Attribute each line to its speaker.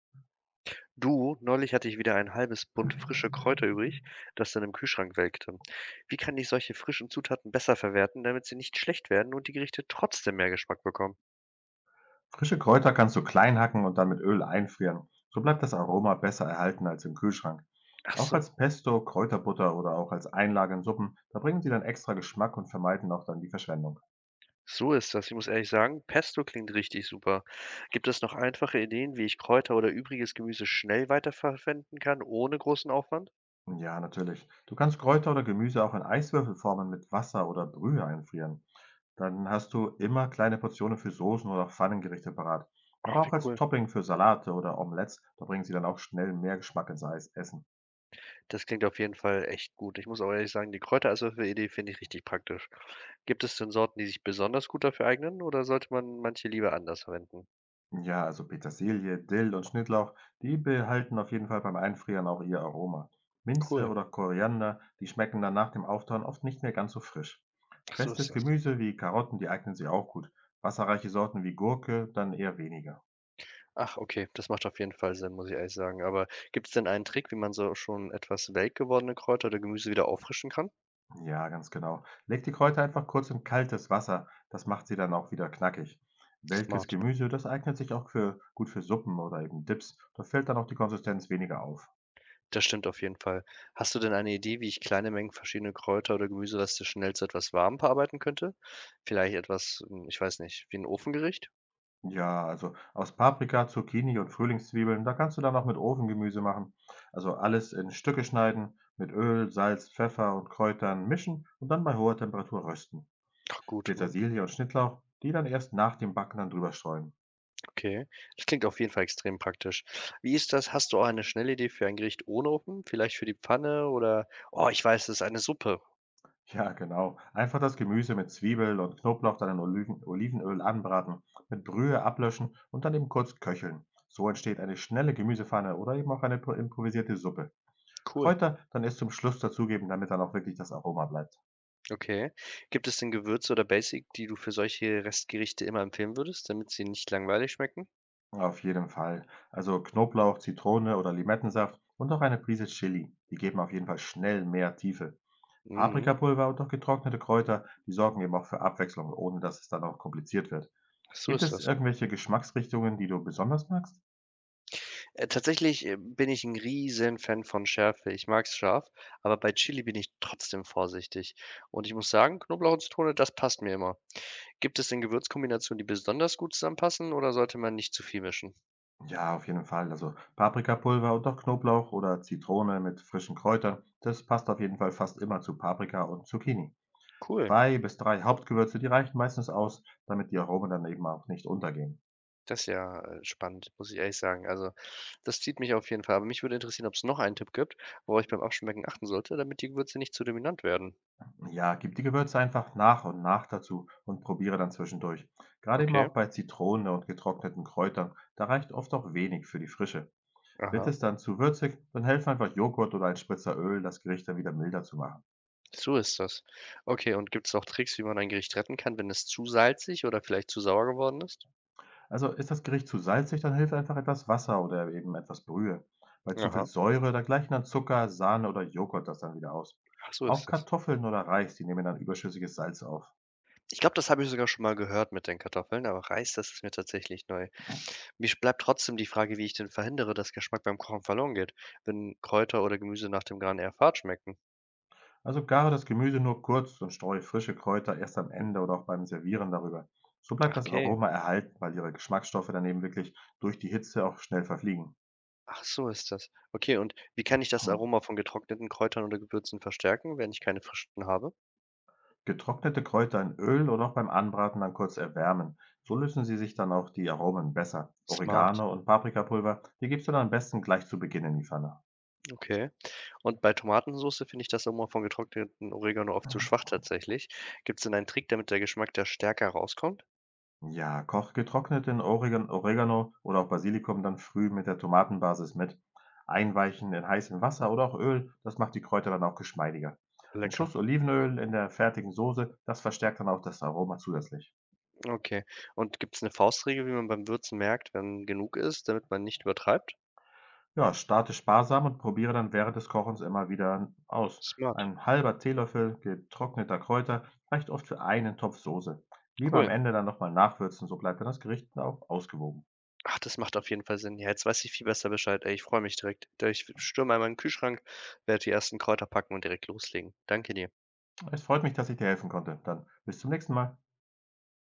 Speaker 1: Du, neulich hatte ich wieder ein halbes Bund frische Kräuter übrig, das dann im Kühlschrank welkte. Wie kann ich solche frischen Zutaten besser verwerten, damit sie nicht schlecht werden und die Gerichte trotzdem mehr Geschmack bekommen?
Speaker 2: Frische Kräuter kannst du klein hacken und dann mit Öl einfrieren. So bleibt das Aroma besser erhalten als im Kühlschrank.
Speaker 1: Ach
Speaker 2: Auch
Speaker 1: so,
Speaker 2: als Pesto, Kräuterbutter oder auch als Einlage in Suppen, da bringen sie dann extra Geschmack und vermeiden auch dann die Verschwendung.
Speaker 1: so ist das. Ich muss ehrlich sagen, Pesto klingt richtig super. Gibt es noch einfache Ideen, wie ich Kräuter oder übriges Gemüse schnell weiterverwenden kann, ohne großen Aufwand?
Speaker 2: Ja, natürlich. Du kannst Kräuter oder Gemüse auch in Eiswürfelformen mit Wasser oder Brühe einfrieren. Dann hast du immer kleine Portionen für Soßen oder auch Pfannengerichte parat.
Speaker 1: Oh,
Speaker 2: Aber
Speaker 1: wie
Speaker 2: auch als
Speaker 1: cool.
Speaker 2: Topping für Salate oder Omelettes, da bringen sie dann auch schnell mehr Geschmack ins Eis Essen.
Speaker 1: Das klingt auf jeden Fall echt gut. Ich muss auch ehrlich sagen, die Kräuteraswürfel-Idee finde ich richtig praktisch. Gibt es denn Sorten, die sich besonders gut dafür eignen, oder sollte man manche lieber anders verwenden?
Speaker 2: Ja, also Petersilie, Dill und Schnittlauch, die behalten auf jeden Fall beim Einfrieren auch ihr Aroma. Minze
Speaker 1: Cool.
Speaker 2: oder Koriander, die schmecken dann nach dem Auftauen oft nicht mehr ganz so frisch.
Speaker 1: Ach, so ist
Speaker 2: Festes
Speaker 1: das.
Speaker 2: Gemüse wie Karotten, die eignen sich auch gut. Wasserreiche Sorten wie Gurke dann eher weniger.
Speaker 1: Ach, okay, das macht auf jeden Fall Sinn, muss ich ehrlich sagen. Aber gibt es denn einen Trick, wie man so schon etwas welk gewordene Kräuter oder Gemüse wieder auffrischen kann?
Speaker 2: Ja, ganz genau. Leg die Kräuter einfach kurz in kaltes Wasser, das macht sie dann auch wieder knackig. Welkes
Speaker 1: Smart.
Speaker 2: Gemüse, das eignet sich auch gut für Suppen oder eben Dips. Da fällt dann auch die Konsistenz weniger auf.
Speaker 1: Das stimmt auf jeden Fall. Hast du denn eine Idee, wie ich kleine Mengen verschiedene Kräuter oder Gemüsereste schnell zu etwas Warmem verarbeiten könnte? Vielleicht etwas, ich weiß nicht, wie ein Ofengericht?
Speaker 2: Ja, also aus Paprika, Zucchini und Frühlingszwiebeln, da kannst du dann auch mit Ofengemüse machen. Also alles in Stücke schneiden, mit Öl, Salz, Pfeffer und Kräutern mischen und dann bei hoher Temperatur rösten.
Speaker 1: Ach gut, mhm,
Speaker 2: Petersilie und Schnittlauch, die dann erst nach dem Backen dann drüber streuen.
Speaker 1: okay. Das klingt auf jeden Fall extrem praktisch. Wie ist das? Hast du auch eine schnelle Idee für ein Gericht ohne Ofen? Vielleicht für die Pfanne oder oh, ich weiß es, eine Suppe.
Speaker 2: Ja, genau. Einfach das Gemüse mit Zwiebel und Knoblauch dann in Olivenöl anbraten, mit Brühe ablöschen und dann eben kurz köcheln. So entsteht eine schnelle Gemüsepfanne oder eben auch eine improvisierte Suppe.
Speaker 1: Cool.
Speaker 2: Kräuter dann erst zum Schluss dazugeben, damit dann auch wirklich das Aroma bleibt.
Speaker 1: Okay. Gibt es denn Gewürze oder Basic, die du für solche Restgerichte immer empfehlen würdest, damit sie nicht langweilig schmecken?
Speaker 2: Auf jeden Fall. Also Knoblauch, Zitrone oder Limettensaft und auch eine Prise Chili. Die geben auf jeden Fall schnell mehr Tiefe.
Speaker 1: Mhm.
Speaker 2: Paprikapulver und noch getrocknete Kräuter, die sorgen eben auch für Abwechslung, ohne dass es dann auch kompliziert wird.
Speaker 1: Ach, so
Speaker 2: Gibt
Speaker 1: ist
Speaker 2: es
Speaker 1: das.
Speaker 2: irgendwelche Geschmacksrichtungen, die du besonders magst?
Speaker 1: Tatsächlich, bin ich ein riesen Fan von Schärfe. Ich mag's scharf, aber bei Chili bin ich trotzdem vorsichtig. Und ich muss sagen, Knoblauch und Zitrone, das passt mir immer. Gibt es denn Gewürzkombinationen, die besonders gut zusammenpassen oder sollte man nicht zu viel mischen?
Speaker 2: Ja, auf jeden Fall. Also Paprikapulver und auch Knoblauch oder Zitrone mit frischen Kräutern, das passt auf jeden Fall fast immer zu Paprika und Zucchini.
Speaker 1: Cool.
Speaker 2: Zwei bis drei Hauptgewürze, die reichen meistens aus, damit die Aromen dann eben auch nicht untergehen.
Speaker 1: Das ist ja, spannend, muss ich ehrlich sagen. Also, das zieht mich auf jeden Fall. Aber mich würde interessieren, ob es noch einen Tipp gibt, worauf ich beim Abschmecken achten sollte, damit die Gewürze nicht zu dominant werden.
Speaker 2: Ja, gib die Gewürze einfach nach und nach dazu und probiere dann zwischendurch. Gerade eben
Speaker 1: Okay,
Speaker 2: auch bei Zitrone und getrockneten Kräutern, da reicht oft auch wenig für die Frische. Wird
Speaker 1: aha,
Speaker 2: es dann zu würzig, dann helfen einfach Joghurt oder ein Spritzer Öl, das Gericht dann wieder milder zu machen.
Speaker 1: so ist das. Okay, und gibt es auch Tricks, wie man ein Gericht retten kann, wenn es zu salzig oder vielleicht zu sauer geworden ist?
Speaker 2: Also ist das Gericht zu salzig, dann hilft einfach etwas Wasser oder eben etwas Brühe. Bei zu viel
Speaker 1: Aha,
Speaker 2: Säure, da gleichen dann Zucker, Sahne oder Joghurt das dann wieder aus.
Speaker 1: ach, so
Speaker 2: Auch
Speaker 1: ist das.
Speaker 2: Kartoffeln oder Reis, die nehmen dann überschüssiges Salz auf.
Speaker 1: Ich glaube, das habe ich sogar schon mal gehört mit den Kartoffeln, aber Reis, das ist mir tatsächlich neu. Mir bleibt trotzdem die Frage, wie ich denn verhindere, dass Geschmack beim Kochen verloren geht, wenn Kräuter oder Gemüse nach dem Garen eher fad schmecken.
Speaker 2: Also gare das Gemüse nur kurz und streue frische Kräuter erst am Ende oder auch beim Servieren darüber. So bleibt
Speaker 1: Ach,
Speaker 2: das
Speaker 1: okay.
Speaker 2: Aroma erhalten, weil ihre Geschmacksstoffe daneben wirklich durch die Hitze auch schnell verfliegen.
Speaker 1: Ach, so ist das. Okay, und wie kann ich das
Speaker 2: Hm.
Speaker 1: Aroma von getrockneten Kräutern oder Gewürzen verstärken, wenn ich keine frischen habe?
Speaker 2: Getrocknete Kräuter in Öl oder auch beim Anbraten dann kurz erwärmen. So lösen sie sich dann auch die Aromen besser.
Speaker 1: Smart,
Speaker 2: Oregano und Paprikapulver, die gibst du dann am besten gleich zu Beginn in die Pfanne.
Speaker 1: okay. Und bei Tomatensoße finde ich das Aroma von getrockneten Oregano oft zu schwach tatsächlich. Gibt es denn einen Trick, damit der Geschmack da stärker rauskommt?
Speaker 2: Ja, koch getrockneten Oregano oder auch Basilikum dann früh mit der Tomatenbasis mit. Einweichen in heißem Wasser oder auch Öl, das macht die Kräuter dann auch geschmeidiger. Ein
Speaker 1: Lecker,
Speaker 2: Schuss Olivenöl in der fertigen Soße, das verstärkt dann auch das Aroma zusätzlich.
Speaker 1: okay. Und gibt es eine Faustregel, wie man beim Würzen merkt, wenn genug ist, damit man nicht übertreibt?
Speaker 2: Ja, starte sparsam und probiere dann während des Kochens immer wieder aus.
Speaker 1: Smart,
Speaker 2: Ein halber Teelöffel getrockneter Kräuter reicht oft für einen Topf Soße. Lieber am
Speaker 1: cool.
Speaker 2: Ende dann nochmal nachwürzen, so bleibt dann das Gericht auch ausgewogen.
Speaker 1: Ach, das macht auf jeden Fall Sinn. Ja, jetzt weiß ich viel besser Bescheid. Ey, ich freue mich direkt. Ich stürme einmal in den Kühlschrank, werde die ersten Kräuter packen und direkt loslegen. Danke dir.
Speaker 2: Es freut mich, dass ich dir helfen konnte. Dann bis zum nächsten Mal.